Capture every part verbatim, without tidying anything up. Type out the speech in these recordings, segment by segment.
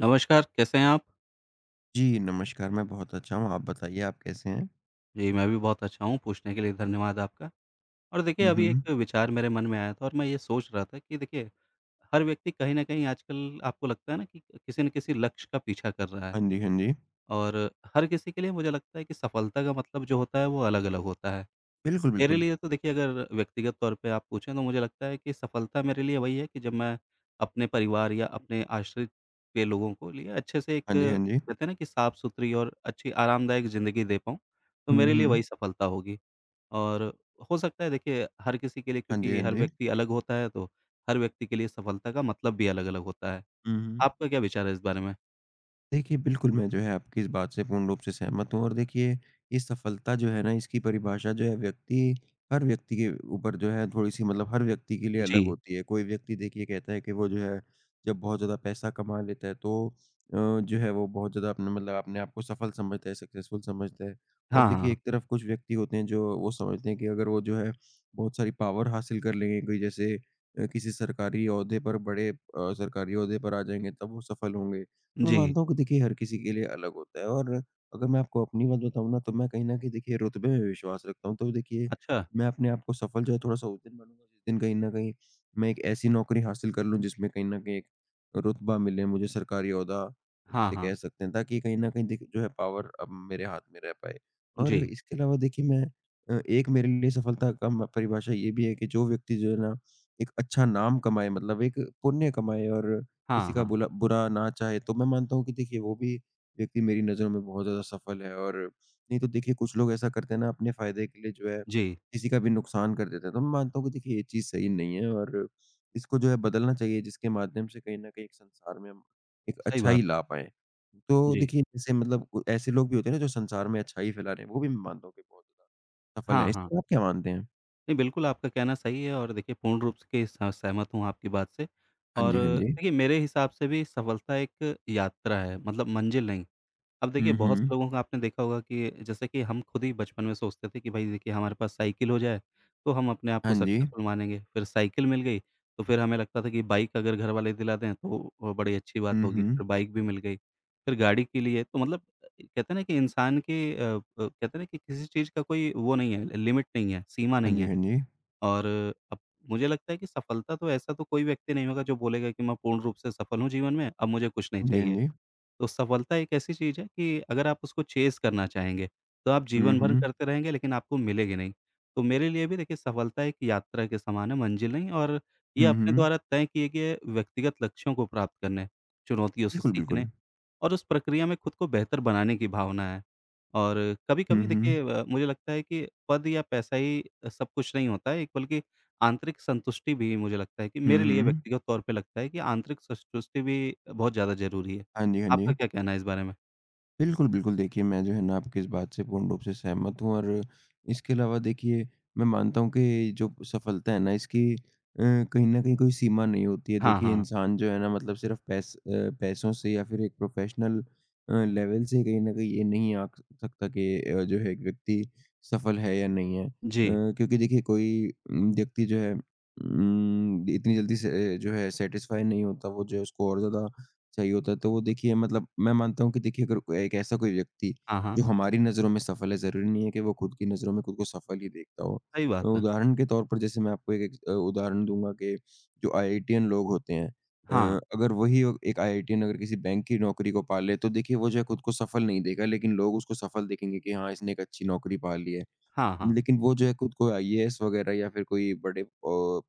नमस्कार, कैसे हैं आप? जी, नमस्कार, मैं बहुत अच्छा हूँ, आप बताइए आप कैसे हैं? जी, मैं भी बहुत अच्छा हूँ, पूछने के लिए धन्यवाद आपका। और देखिए, हुँ, अभी हुँ। एक विचार मेरे मन में आया था और मैं ये सोच रहा था कि देखिए, हर व्यक्ति कहीं न कहीं आजकल आपको लगता है ना कि किसी न किसी लक्ष्य का पीछा कर रहा है हाँ जी, हाँ जी। और हर किसी के लिए मुझे लगता है कि सफलता का मतलब जो होता है, वो अलग-अलग होता है। बिल्कुल, मेरे बिल्कुल। लिए तो देखिए अगर व्यक्तिगत तौर पे आप पूछें तो मुझे लगता है कि सफलता मेरे लिए वही है कि जब मैं अपने परिवार या अपने आश्रित के लोगों को लिए अच्छे से एक हाँ जी, हाँ जी। कहते हैं ना कि साफ सुथरी और अच्छी आरामदायक ज़िंदगी दे पाऊँ, तो हुँ, मेरे लिए हुँ। वही सफलता होगी। और हो सकता है देखिए हर किसी के लिए हाँ जी, क्योंकि हाँ हर जी। व्यक्ति अलग होता है तो हर व्यक्ति के लिए सफलता का मतलब भी अलग-अलग होता है। हुँ, हुँ। आपका क्या विचार है इस बारे में? देखिए, बिल्कुल मैं जो है आपकी इस बात से पूर्ण रूप से सहमत हूँ और देखिए ये सफलता जो है ना इसकी परिभाषा जो है व्यक्ति हर व्यक्ति के ऊपर जो है थोड़ी-सी मतलब हर व्यक्ति के लिए अलग जी। होती है। कोई व्यक्ति देखिए कहता है कि वो जो है जब बहुत ज़्यादा पैसा कमा लेता है तो अ, जो है वो बहुत ज़्यादा अपने मतलब अपने आप को सफल समझता है, सक्सेसफुल समझता है। और हाँ, देखिए हाँ। एक तरफ कुछ व्यक्ति होते हैं जो वो समझते हैं कि अगर वो जो है बहुत सारी पावर हासिल कर लेंगे कोई जैसे अ, किसी सरकारी ओहदे पर बड़े अ, सरकारी ओहदे पर आ जाएँगे तब वो सफल होंगे। तो मैं जी। मानता हूँ कि देखिए हर किसी के लिए अलग होता है और अगर मैं आपको अपनी बात बताऊँ ना तो मैं कहीं न कहीं देखिए रुतबे में विश्वास रखता हूँ। तो देखिए अच्छा। मैं अपने आप को सफल जो है थोड़ा-सा उस दिन मानूँगा जिस दिन कहीं न कहीं मैं एक ऐसी नौकरी हासिल कर लूँ जिसमें कहीं न कहीं एक रुतबा मिले मुझे सरकारी ओहदा हाँ, जिसे हाँ। कह सकते हैं ताकि कहीं न कहीं देखिए जो है पावर अब मेरे हाथ में रह पाए। और जी। इसके अलावा देखिए मैं अ, एक मेरे लिए सफलता का म परिभाषा ये भी है कि जो व्यक्ति जो है ना एक अच्छा नाम कमाए मतलब एक पुण्य कमाए और किसी हाँ, का हाँ। बुला बुरा ना चाहे, तो मैं मानता हूँ कि देखिए वो भी व्यक्ति मेरी नज़रों में बहुत ज़्यादा सफल है और नहीं तो देखिए कुछ लोग ऐसा करते हैं ना अपने फ़ायदे के लिए जो है, जी। किसी का भी नुकसान कर देते हैं। तो मैं मानता हूँ कि देखिए ये चीज़ सही नहीं है और इसको जो है बदलना चाहिए जिसके माध्यम से कहीं न कहीं एक संसार में हम एक सही अच्छाई बात है। ला पाएँ। तो जी। देखिए जैसे मतलब कु ऐसे लोग भी होते हैं ना जो संसार में अच्छाई फैला रहे हैं, वो भी मैं मानता हूँ कि बहुत ज़्यादा सफल हैं। हाँ, इस हाँ। पर आप क्या मानते हैं? नहीं, बिल्कुल आपका कहना सही है और देखिए पूर्ण रूप से के स सहमत हूँ आपकी बात से हाँ और जी, हाँ जी। देखिए मेरे हिसाब से भी सफलता एक यात्रा है, मतलब मंज़िल नहीं। अब देखिए हुँ, बहुत से हुँ। लोगों को आपने देखा होगा कि जैसे कि हम खुद ही बचपन में सोचते थे कि भाई देखिए हमारे पास साइकिल हो जाए, तो हम अपने आप हाँ को जी। सक्सेसफुल मानेंगे। फिर साइकिल मिल गई, तो फिर हमें लगता था कि बाइक अगर घर वाले दिला दें तो अ, बड़ी अच्छी बात हुँ, होगी। हुँ। फिर बाइक भी मिल गई, फिर गाड़ी के लिए तो मतलब अ, कहते हैं ना कि इंसान के अ अ, कहते हैं ना कि किसी चीज़ का कोई वो नहीं है, लिमिट नहीं है, सीमा हाँ नहीं जी, है। हाँ जी। और अब मुझे लगता है कि सफलता तो ऐसा तो कोई व्यक्ति नहीं होगा जो बोलेगा कि मैं पूर्ण रूप से सफल हूँ जीवन में, अब मुझे कुछ नहीं हाँ जी, हाँ चाहिए। जी। तो सफलता एक ऐसी चीज़ है कि अगर आप उसको चेज़ करना चाहेंगे, तो आप हुँ, जीवन भर हुँ। करते रहेंगे लेकिन आपको मिलेगी नहीं। तो मेरे लिए भी देखिए सफलता एक यात्रा के समान है, मंजिल नहीं और ये हुँ, अपने हुँ। द्वारा तय किए गए व्यक्तिगत लक्ष्यों को प्राप्त करना है, चुनौतियों से बिल्कुल, सीखने बिल्कुल। और उस प्रक्रिया में खुद को बेहतर बनाने की भावना है। और हुँ, कभी-कभी हुँ। देखिए अ, मुझे लगता है कि पद या पैसा ही सब कुछ नहीं होता है, एक बल्कि आंतरिक संतुष्टि भी मुझे लगता है कि हुँ, मेरे लिए हुँ। व्यक्तिगत तौर पे लगता है कि आंतरिक संतुष्टि भी बहुत ज़्यादा ज़रूरी है। हाँ जी, हाँ जी। आपका क्या कहना है इस बारे में? बिल्कुल, बिल्कुल। देखिए, मैं जो है ना आपकी इस बात से पूर्ण रूप से सहमत हूँ और इसके अलावा देखिए, मैं मानता हूँ कि जो सफलता है ना इसकी अ, कहीं न कहीं कोई सीमा नहीं होती है। हाँ, देखिए, हाँ। इंसान जो है ना मतलब सिर्फ़ पैस अ, पैसों से या फिर एक प्रोफ़ेशनल अ, लेवल से कहीं न कहीं ये नहीं आँक सकता कि अ, जो है एक व्यक्ति सफल है या नहीं है। अ, जी। क्योंकि देखिए कोई उम, व्यक्ति जो है उम, इतनी जल्दी से अ, जो है सैटिस्फ़ाई नहीं होता, वो जो है उसको और ज़्यादा चाहिए होता है। तो वो देखिए मतलब मैं मानता हूँ कि देखिए अगर कोई एक ऐसा कोई व्यक्ति हाँ, हाँ। जो हमारी नज़रों में सफल है, ज़रूरी नहीं है कि वो खुद की नज़रों में खुद को सफल ही देखता हो। सही अ, बात है। उदाहरण के तौर पर जैसे मैं आपको एक एक अ, उदाहरण दूँगा कि जो आईआईटीएन लोग होते हैं अ, हाँ। अगर वही अ, एक आईआईटीएन अगर किसी बैंक की नौकरी को पा ले तो देखिए वो जो है खुद को सफल नहीं देगा लेकिन लोग उसको सफल देखेंगे कि हाँ, इसने एक अच्छी नौकरी पा ली है। हाँ, हाँ। लेकिन वो जो है खुद को आईएएस वगैरह या फिर कोई बड़े अ, प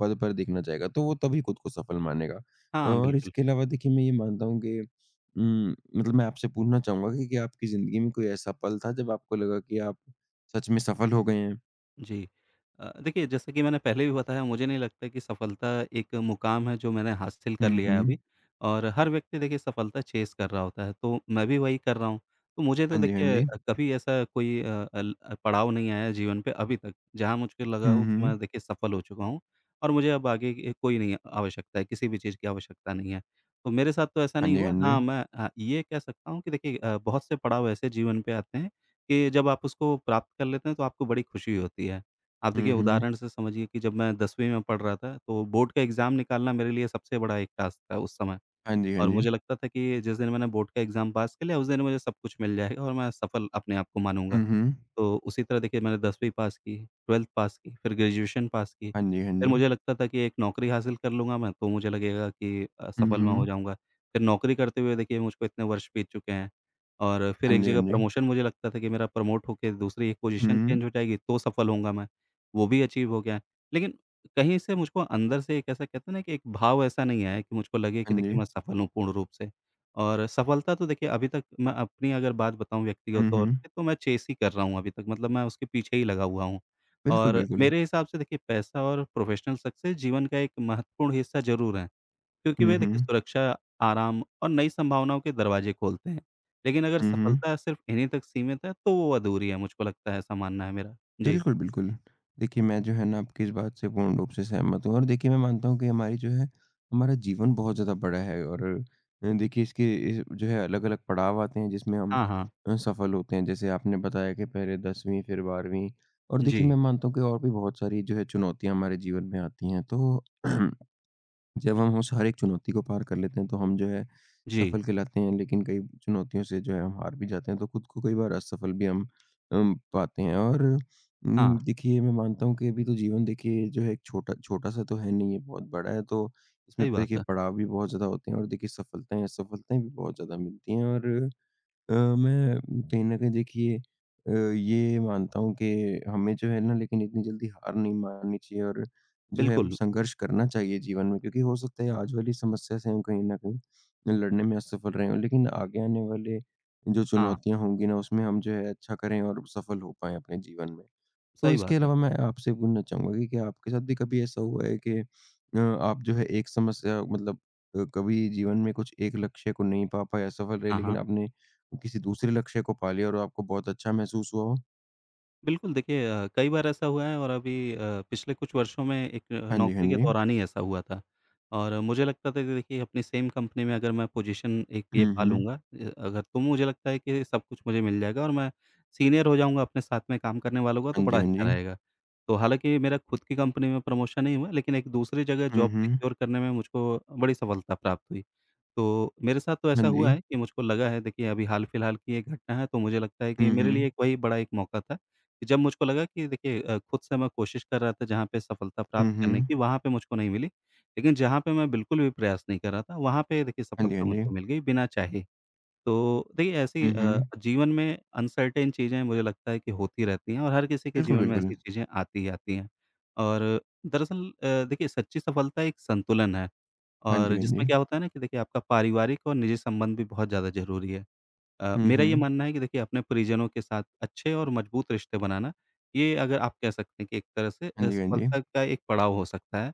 पद पर देखना चाहेगा, तो वो तभी खुद को सफल मानेगा। हाँ, हाँ, और बिल्कुल। इसके अलावा देखिए मैं ये मानता हूँ कि उम, मतलब मैं आपसे पूछना चाहूँगा कि क्या आपकी ज़िंदगी में कोई ऐसा पल था जब आपको लगा कि आप सच में सफल हो गए हैं? जी। अ, देखिए जैसा कि मैंने पहले भी बताया मुझे नहीं लगता कि सफलता एक मुकाम है जो मैंने हासिल कर हुँ, लिया है हुँ। अभी और हर व्यक्ति देखिए सफलता चेज़ कर रहा होता है, तो मैं भी वही कर रहा हूँ। तो मुझे तो हाँ जी, हाँ देखिए जी। अ, कभी ऐसा कोई अ, अल अ, पड़ाव नहीं आया है जीवन पे अभी तक, जहाँ मुझको लगा हुँ, हो कि हुँ। मैं देखिए सफल हो चुका हूँ और मुझे अब आगे की कोई नहीं आवश्यकता है, किसी भी चीज़ की आवश्यकता नहीं है। तो मेरे साथ तो ऐसा हाँ नहीं जी, हाँ हुआ। जी। हाँ, मैं अ, ये कह सकता हूँ कि देखिए अ, बहुत से पड़ाव ऐसे जीवन पे आते हैं कि जब आप उसको प्राप्त कर लेते हैं तो आपको बड़ी खुशी होती है। आप हुँ, देखिए हुँ। उदाहरण से समझिए कि जब मैं दसवीं में पढ़ रहा था तो बोर्ड का एग्ज़ाम निकालना मेरे लिए सबसे बड़ा एक टास्क था उस समय हाँ जी, हाँ और जी। मुझे लगता था कि जिस दिन मैंने बोर्ड का एग्ज़ाम पास कर लिया उस दिन मुझे सब कुछ मिल जाएगा और मैं सफल अपने आप को मानूँगा। हुँ, हुँ। तो उसी तरह देखिए मैंने दसवीं पास की, बारहवीं पास की, फिर ग्रेजुएशन पास की। हाँ जी, हाँ फिर जी। मुझे लगता था कि एक नौकरी हासिल कर लूँगा मैं, तो मुझे लगेगा कि हुँ, असफल मैं हुँ। हो जाऊँगा। फिर नौकरी करते हुए देखिए मुझको इतने वर्ष बीत चुके हैं और फिर हाँ एक जी, हाँ जगह जी। प्रमोशन मुझे लगता था कि मेरा प्रमोट होके दूसरी एक पोज़ीशन हुँ, चेंज हो जाएगी, तो सफल होऊँगा मैं। वो भी अचीव हो गया है। लेकिन कहीं से मुझको अंदर से एक ऐसा कहते हैं ना कि एक भाव ऐसा नहीं आया कि मुझको लगे कि हाँ जी। देखिए मैं सफल हूँ पूर्ण रूप से। और सफलता तो देखिए अभी तक मैं अपनी अगर बात बताऊँ व्यक्तिगत हुँ, तौर हुँ। पे तो मैं चेस ही कर रहा हूँ अभी तक मतलब मैं उसके पीछे ही लगा हुआ हूँ। बिल्कुल, और बिल्कुल। मेरे हिसाब से देखिए पैसा और प्रोफ़ेशनल सक्सेस जीवन का एक महत्वपूर्ण हिस्सा ज़रूर हैं, क्योंकि हुँ, वे देखिए हुँ। सुरक्षा, आराम और नई संभावनाओं के दरवाज़े खोलते हैं। लेकिन अगर हुँ, हुँ। सफलता सिर्फ़ इन्हीं तक सीमित है तो वो अधूरी है मुझको लगता है ऐसा मानना है मेरा। जी। बिल्कुल, बिल्कुल। देखिए, मैं जो है ना आपकी इस बात से पूर्ण रूप से सहमत हूँ और देखिए मैं मानता हूँ कि हमारी जो है हमारा जीवन बहुत ज़्यादा बड़ा है और अ, देखिए इसके इस जो है अलग-अलग पड़ाव आते हैं जिसमें हम हाँ, हाँ। अ, सफल होते हैं। जैसे आपने बताया कि पहले दसवीं फिर बारहवीं और देखिए मैं जी, मानता हूँ कि और भी बहुत सारी जो है चुनौतियाँ हमारे जीवन में आती हैं। तो जब हम उस हर एक चुनौती को पार कर लेते हैं, तो हम जो है जी। सफल कहलाते हैं, लेकिन कई चुनौतियों से जो है हम हार भी जाते हैं, तो खुद को कई बार असफल भी हम अम, पाते हैं और हाँ, उम, देखिए मैं मानता हूँ कि अभी तो जीवन देखिए जो है एक छोटा छोटा-सा तो है नहीं, ये बहुत बड़ा है, तो इसमें सही बात देखिए है। पड़ाव भी बहुत ज़्यादा होते हैं और देखिए सफलताएँ, असफलताएँ भी बहुत ज़्यादा मिलती हैं और अ, मैं कहीं न कहीं देखिए अ, ये मानता हूँ कि हमें जो है ना लेकिन इतनी जल्दी हार नहीं माननी चाहिए और जो है बिल्कुल। संघर्ष करना चाहिए जीवन में क्योंकि हो सकता है आज वाली समस्या से हम कहीं न कहीं लड़ने में असफल रहे हों, लेकिन आगे आने वाले जो हाँ, चुनौतियाँ होंगी ना उसमें हम जो है अच्छा करें और सफल हो पाएँ अपने जीवन में। तो सही इसके बात है। अलावा मैं आपसे पूछना चाहूँगा कि क्या आपके साथ भी कभी ऐसा हुआ है कि अ, आप जो है एक समस्या मतलब अ, कभी जीवन में कुछ एक लक्ष्य को नहीं पा पाए, असफल रहे, हाँ, लेकिन हाँ। आपने किसी दूसरे लक्ष्य को पा लिया और आपको बहुत अच्छा महसूस हुआ हो? बिल्कुल, देखिए अ, कई बार ऐसा हुआ है और अभी अ, पिछले कुछ वर्षों में एक अ, हाँ जी, हाँ नौकरी के जी। दौरान ही ऐसा हुआ था और मुझे लगता था कि देखिए अपनी सेम कंपनी में अगर मैं पोज़ीशन एक ये हुँ, पा हुँ। लूँगा अ, अगर तो मुझे लगता है कि सब कुछ मुझे मिल जाएगा और मैं सीनियर हो जाऊँगा अपने साथ में काम करने वालों का तो हाँ जी, बड़ा हाँ अच्छा जी। रहेगा। तो हालाँकि मेरा खुद की कंपनी में प्रमोशन नहीं हुआ लेकिन एक दूसरी जगह हुँ, जॉब हुँ। सिक्योर करने में मुझको बड़ी सफलता प्राप्त हुई। तो मेरे साथ तो हाँ ऐसा जी। हुआ है कि मुझको लगा है देखिए अभी हाल-फिलहाल की एक घटना है तो मुझे लगता है कि हुँ, मेरे हुँ। लिए एक वही बड़ा एक मौका था, कि जब मुझको लगा कि देखिए अ, खुद से मैं कोशिश कर रहा था जहाँ पे सफलता हुँ, प्राप्त करने की हुँ। वहाँ पे मुझको नहीं मिली। लेकिन जहाँ पे मैं बिल्कुल भी प्रयास नहीं कर रहा था वहाँ पे देखिए हाँ जी, हाँ सफलता जी। मुझको मिल गई बिना चाहे। तो देखिए ऐसी हुँ, अ, हुँ। जीवन में अनसर्टेन चीज़ें मुझे लगता है कि होती रहती हैं और हर किसी के बिल्कुल, जीवन में बिल्कुल। ऐसी चीज़ें आती ही आती हैं। और दरअसल अ, देखिए सच्ची सफलता एक संतुलन है। हाँ जी, और हाँ जिसमें जी। क्या होता है ना कि देखिए आपका पारिवारिक और निजी संबंध भी बहुत ज़्यादा ज़रूरी है। अ, हुँ, मेरा ये हुँ। मानना है कि देखिए अपने परिजनों के साथ अच्छे और मजबूत रिश्ते बनाना, ये अगर आप कह सकते हैं कि एक तरह से हाँ अ, जी, हाँ जी। सफलता का एक पड़ाव हो सकता है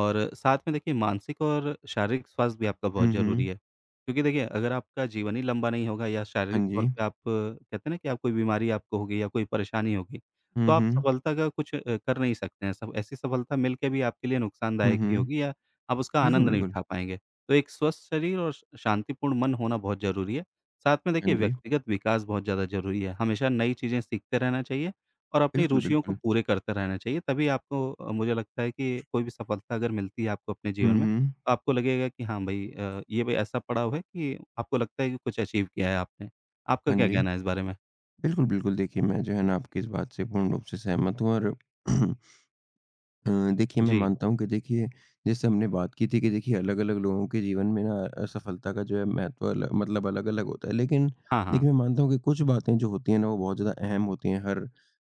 और साथ में देखिए मानसिक और शारीरिक स्वास्थ्य भी आपका बहुत हुँ, ज़रूरी हुँ। है। क्योंकि देखिए अगर आपका जीवन ही लंबा नहीं होगा या शारीरिक हाँ तौर जी। पे आप कहते हैं ना कि आप कोई बीमारी आपको होगी या कोई परेशानी होगी, हुँ, तो आप हुँ। सफलता का कुछ अ, कर नहीं सकते हैं। सब ऐसी सफलता मिल के भी आपके लिए हुँ, नुकसानदायक ही हुँ। होगी या आप उसका बिल्कुल, आनंद नहीं बिल्कुल। उठा पाएँगे। तो एक स्वस्थ शरीर और श शांतिपूर्ण मन होना बहुत ज़रूरी है। साथ में हाँ देखिए जी। व्यक्तिगत विकास बहुत ज़्यादा ज़रूरी है। हमेशा नई चीज़ें सीखते रहना चाहिए और अपनी बिल्कुल, रुचियों को बिल्कुल। पूरे करते रहना चाहिए, तभी आपको अ, मुझे लगता है कि कोई भी सफलता अगर मिलती है आपको अपने हुँ, जीवन में, हुँ। तो आपको लगेगा कि हाँ भई अ, ये भई ऐसा पड़ाव है कि आपको लगता है कि कुछ अचीव किया है आपने। आपका हाँ क्या जी। कहना है इस बारे में? बिल्कुल, बिल्कुल देखिए मैं जो है ना आपकी इस बात से पूर्ण रूप से सहमत हूँ और अ, देखिए मैं जी। मानता हूँ कि देखिए जैसे हमने बात की थी कि देखिए अलग-अलग लोगों के जीवन में ना असफलता का जो है महत्व अल मतलब अलग-अलग होता है। लेकिन हाँ, देखिए हाँ। मैं मानता हूँ कि कुछ बातें जो होती हैं ना वो बहुत ज़्यादा अहम होती हैं हर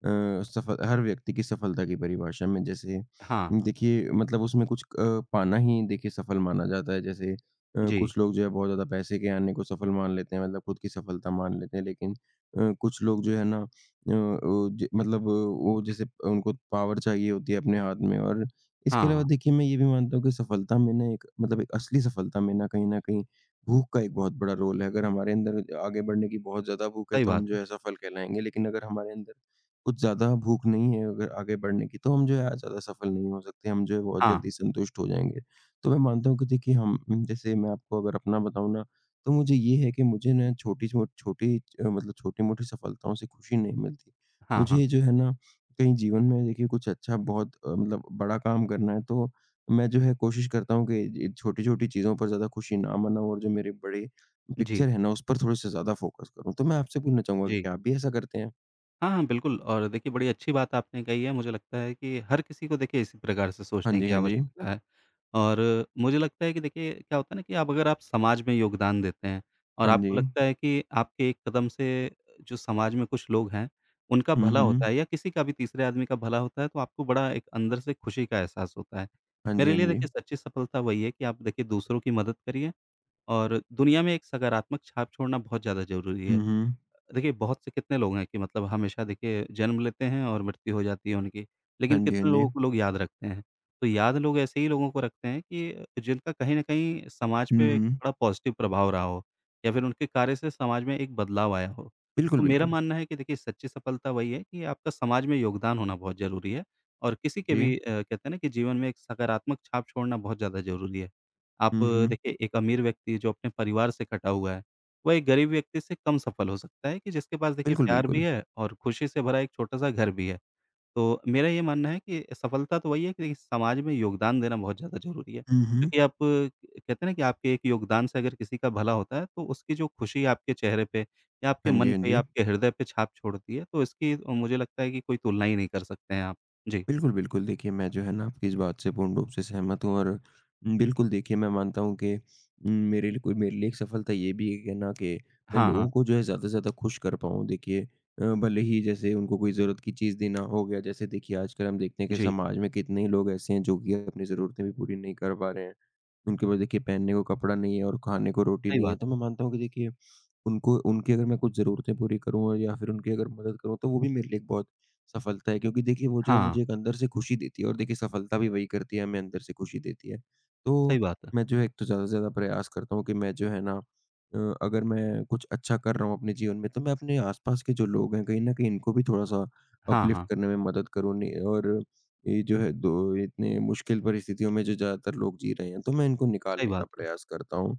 अ, सफल हर व्यक्ति की सफलता की परिभाषा में। जैसे हाँ, हाँ। देखिए मतलब उसमें कुछ अ, पाना ही देखिए सफल माना जाता है। जैसे अ, जी। कुछ लोग जो है बहुत ज़्यादा पैसे के आने को सफल मान लेते हैं मतलब खुद की सफलता मान लेते हैं। लेकिन अ, कुछ लोग जो है ना अ, वो ज मतलब वो जैसे उनको पावर चाहिए होती है अपने हाथ में और इसके हाँ, अलावा हाँ। देखिए मैं ये भी मानता हूँ कि सफलता में ना एक मतलब एक असली सफलता में ना कहीं न कहीं भूख का एक बहुत बड़ा रोल है। अगर हमारे अंदर आगे बढ़ने की बहुत ज़्यादा भूख है सही तो हम बात जो है। है सफल कहलाएँगे, लेकिन अगर हमारे अंदर कुछ ज़्यादा भूख नहीं है अगर आगे बढ़ने की तो हम जो है ज़्यादा सफल नहीं हो सकते, हम जो है बहुत हाँ। जल्दी संतुष्ट हो जाएँगे। तो मैं मानता हूँ कि देखिए हम जैसे मैं आपको अगर अपना बताऊँ ना तो मुझे ये है कि मुझे ना छोटी छो छोटी अ, मतलब छोटी-मोटी सफलताओं से खुशी नहीं मिलती। हाँ, हाँ। मुझे जो है ना कहीं जीवन में देखिए कुछ अच्छा बहुत अ, मतलब बड़ा काम करना है तो मैं जो है कोशिश करता हूँ कि ज छोटी-छोटी चीज़ों पर ज़्यादा खुशी ना मनाऊँ और जो मेरे बड़े जी, पिक्चर है ना उस पर थोड़े-से ज़्यादा फ़ोकस करूँ। तो मैं आपसे पूछना चाहूँगा कि जी। क्या आप भी ऐसा करते हैं? हाँ, हाँ, बिल्कुल और देखिए बड़ी अच्छी बात आपने कही है, मुझे लगता है कि हर किसी को देखिए इसी प्रकार से हाँ सोचने जी, की हाँ जी। आवश्यकता है। और मुझे लगता है कि देखिए क्या होता है ना कि आप अगर आप समाज में योगदान देते हैं और हाँ जी। आपको लगता है कि आपके एक कदम से जो समाज में कुछ लोग हैं, उनका हुँ, भला हुँ। होता है या किसी का भी तीसरे आदमी का भला होता है, तो आपको बड़ा एक अंदर से खुशी का एहसास होता है। हाँ जी, मेरे हाँ लिए जी। देखिए सच्ची सफलता वही है कि आप देखिए दूसरों की मदद करिए और दुनिया में एक सकारात्मक छाप छोड़ना बहुत ज़्यादा ज़रूरी हुँ, है। हुँ। देखिए, बहुत से कितने लोग हैं कि मतलब हमेशा देखिए जन्म लेते हैं और मृत्यु हो जाती है उनकी, हाँ लेकिन जी, हाँ कितने जी। लोगों को लोग याद रखते हैं। तो याद लोग ऐसे ही लोगों को रखते हैं कि जिनका कहीं न कहीं समाज हुँ, पे एक हुँ। बड़ा पॉज़िटिव प्रभाव रहा हो या फिर उनके कार्य से समाज में एक बदलाव आया हो। बिल्कुल, तो मेरा बिल्कुल। मानना है कि देखिए सच्ची सफलता वही है कि आपका समाज में योगदान होना बहुत ज़रूरी है और किसी के जी। भी अ, कहते हैं ना कि जीवन में एक सकारात्मक छाप छोड़ना बहुत ज़्यादा ज़रूरी है। आप हुँ, अ, हुँ। देखिए एक अमीर व्यक्ति जो अपने परिवार से कटा हुआ है, वह एक गरीब व्यक्ति से कम सफल हो सकता है कि जिसके पास देखिए बिल्कुल, प्यार भी बिल्कुल। है और खुशी से भरा एक छोटा-सा घर भी है। तो मेरा ये मानना है कि सफलता तो वही है कि देखिए समाज में योगदान देना बहुत ज़्यादा ज़रूरी है। हुँ, हुँ। क्योंकि आप कहते हैं ना कि आपके एक योगदान से अगर किसी का भला होता है तो उसकी जो खुशी आपके चेहरे पे या आपके हाँ जी, मन हाँ पे जी। या आपके हृदय पे छाप छोड़ती है तो इसकी मुझे लगता है कि कोई तुलना ही नहीं कर सकते हैं आप। जी। बिल्कुल, बिल्कुल। देखिए, मैं जो है ना आपकी इस बात से पूर्ण रूप से सहमत हूँ और न, बिल्कुल देखिए मैं मानता हूँ कि उम, मेरे लिए कोई मेरे लिए एक सफलता ये भी है कि ना कि मैं हाँ, लोगों हाँ। को जो है ज़्यादा से ज़्यादा खुश कर पाऊँ। देखिए अ, भले ही जैसे उनको कोई ज़रूरत की चीज़ देना हो गया, जैसे देखिए आजकल हम देखते हैं कि जी, समाज में कितने ही लोग ऐसे हैं जो कि अपनी ज़रूरतें भी पूरी नहीं कर पा रहे हैं। उनके पास देखिए पहनने को कपड़ा नहीं है और खाने को रोटी सही नहीं है। बात तो है। मैं मानता हूँ कि देखिए उनको उनकी अगर मैं कुछ ज़रूरतें पूरी करूँ और या फिर उनकी अगर मदद करूँ, तो वो भी मेरे लिए एक बहुत सफलता है क्योंकि देखिए वो जो है हाँ, मुझे एक अंदर से खुशी देती है और देखिए सफलता भी वही करती है, हमें अंदर से खुशी देती है। तो सही बात है। मैं जो है एक तो ज़्यादा से ज़्यादा प्रयास करता हूँ कि मैं जो है ना अ, अगर मैं कुछ अच्छा कर रहा हूँ अपने जीवन में, तो मैं अपने आस-पास के जो लोग हैं, कहीं न कहीं इनको भी थोड़ा-सा हाँ, अपलिफ्ट हाँ, करने में मदद करूँ नि और ये जो है दो इतने मुश्किल परिस्थितियों में जो ज़्यादातर लोग जी रहे हैं, तो मैं इनको सही निकालने का बात है। प्रयास करता हूँ।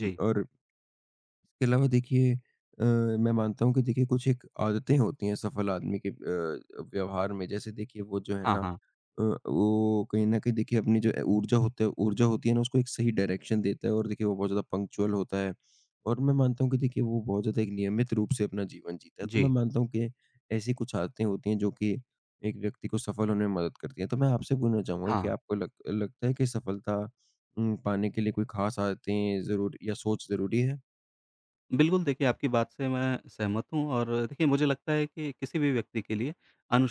हुँ, और इसके अलावा देखिए अ, मैं मानता हूँ कि देखिए कुछ एक आदतें होती हैं सफल आदमी के अ, व्यवहार में जैसे देखिए वो जो है हाँ, ना हाँ। अ, वो कहीं न कहीं देखिए अपनी जो ऊर्जा होता है ऊर्जा होती है ना उसको एक सही डायरेक्शन देता है और देखिए वो बहुत ज़्यादा पंक्चुअल होता है। और मैं मानता हूँ कि देखिए वो बहुत ज़्यादा एक नियमित रूप से अपना जीवन जीता है। तो मैं जी। मानता हूँ कि ऐसी कुछ आदतें होती हैं जो कि एक व्यक्ति को सफल होने में मदद करती हैं। तो मैं आपसे पूछना चाहूँगा कि हाँ। आपको लग लगता है कि सफलता उम, पाने के लिए कोई ख़ास आदतें ज़रूर या सोच ज़रूरी है? बिल्कुल, देखिए आपकी बात से मैं सहमत हूँ और देखिए मुझे लगता है कि किसी भी व्यक्ति के लिए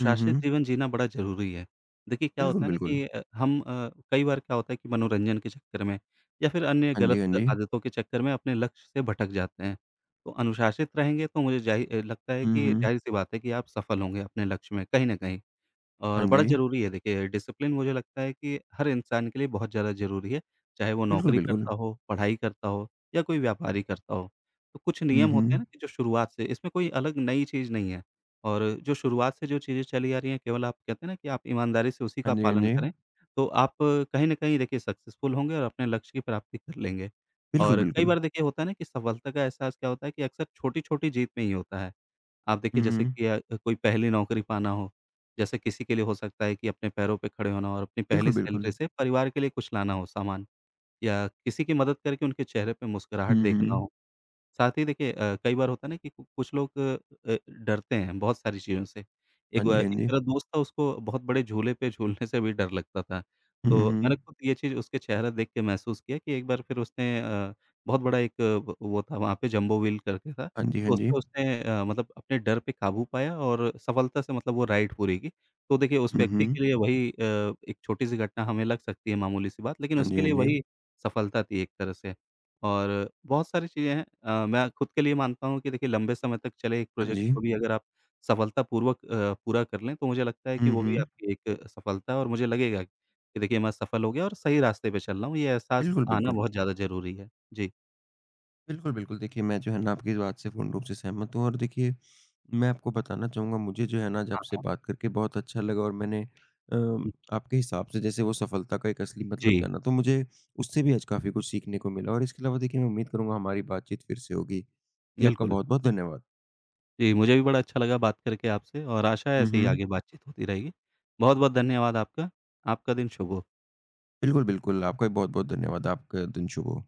हुँ, हुँ। जीवन जीना बड़ा ज़रूरी है। देखिए क्या बिल्कुल, होता है ना बिल्कुल। कि अ, हम अ, कई बार क्या होता है कि मनोरंजन के चक्कर में या फिर अन्य हाँ जी, गलत हाँ जी। आदतों के चक्कर में अपने लक्ष्य से भटक जाते हैं। तो अनुशासित रहेंगे तो मुझे जाहि अ, लगता है हुँ, कि हुँ। ज़ाहिर-सी बात है कि आप सफल होंगे अपने लक्ष्य में कहीं न कहीं। हाँ और बड़ा जी। ज़रूरी है देखिए डिसिप्लिन मुझे लगता है कि हर इंसान के लिए बहुत ज़्यादा ज़रूरी है, चाहे वो बिल्कुल, नौकरी बिल्कुल। करता हो, पढ़ाई करता हो या कोई व्यापार ही करता हो। तो कुछ हुँ, नियम होते हुँ। हैं ना कि जो शुरुआत से इसमें कोई अलग नई चीज़ नहीं है और जो शुरुआत से जो चीज़ें चली आ रही हैं केवल आप कहते हैं ना कि आप ईमानदारी से उसी हाँ का जी, हाँ पालन जी। करें, तो आप कहीं न कहीं देखिए सक्सेसफुल होंगे और अपने लक्ष्य की प्राप्ति कर लेंगे। बिल्कुल, और कई बिल्कुल। बार देखिए होता है ना कि सफलता का एहसास क्या होता है कि अक्सर छोटी-छोटी जीत में ही होता है। आप हुँ, देखिए जैसे हुँ। कि अ, कोई पहली नौकरी पाना हो, जैसे किसी के लिए हो सकता है कि अपने पैरों पे खड़े होना और अपनी बिल्कुल, पहली बिल्कुल। सैलरी से परिवार के लिए कुछ लाना हो सामान या किसी की मदद करके उनके चेहरे पे मुस्कुराहट हुँ, देखना हुँ। हो। साथ ही देखिए अ, कई बार होता है ना कि कु कुछ लोग अ, डरते हैं बहुत सारी चीज़ों से। हाँ एक ब जी, हाँ एक जी। मेरा दोस्त था उसको बहुत बड़े झूले पे झूलने से भी डर लगता था। हुँ, तो हुँ। मैंने खुद ये चीज़ उसके चेहरा देख के महसूस किया कि एक बार फिर उसने अ, बहुत बड़ा एक व वो था वहाँ पे जंबो व्हील करके था। हाँ जी, हाँ तो जी। उसपे उसने अ, मतलब अपने डर पे काबू पाया और सफलता से मतलब वो राइड पूरी की। तो देखिए उस हुँ, व्यक्ति हुँ। के लिए वही अ, एक छोटी-सी घटना हमें लग सकती है मामूली-सी बात, लेकिन हाँ जी, उसके हाँ लिए जी। वही सफलता थी एक तरह से। और बहुत सारी चीज़ें हैं अ, मैं खुद के लिए मानता हूँ कि देखिए लंबे समय तक चले एक हाँ प्रोजेक्ट जी। को भी अगर आप सफलतापूर्वक अ, पूरा कर लें, तो मुझे लगता है कि हुँ, वो भी हुँ। आपकी एक सफलता है और मुझे लगेगा कि देखिए मैं सफल हो गया और सही रास्ते पे चल रहा हूँ, ये एहसास बिल्कुल, आना बिल्कुल। बहुत ज़्यादा ज़रूरी है। जी। बिल्कुल, बिल्कुल। देखिए, मैं जो है ना आपकी इस बात से पूर्ण रूप से सहमत हूँ और देखिए, मैं आपको बताना चाहूँगा मुझे जो है ना आज हाँ, आपसे हाँ। बात करके बहुत अच्छा लगा और मैंने अ, आपके हिसाब से जैसे वो सफलता का एक असली मतलब जी, जाना, तो मुझे उससे भी आज काफ़ी कुछ सीखने को मिला और इसके अलावा देखिए मैं उम्मीद करूँगा हमारी बातचीत फिर से होगी। जी, आपका बिल्कुल। बहुत-बहुत धन्यवाद। जी, मुझे भी बड़ा अच्छा लगा बात करके आपसे और आशा है हुँ, ऐसे ही हुँ। आगे बातचीत होती रहेगी। बहुत-बहुत धन्यवाद आपका। आपका दिन शुभ हो। बिल्कुल, बिल्कुल। आपका भी बहुत-बहुत धन्यवाद। आपका दिन शुभ हो।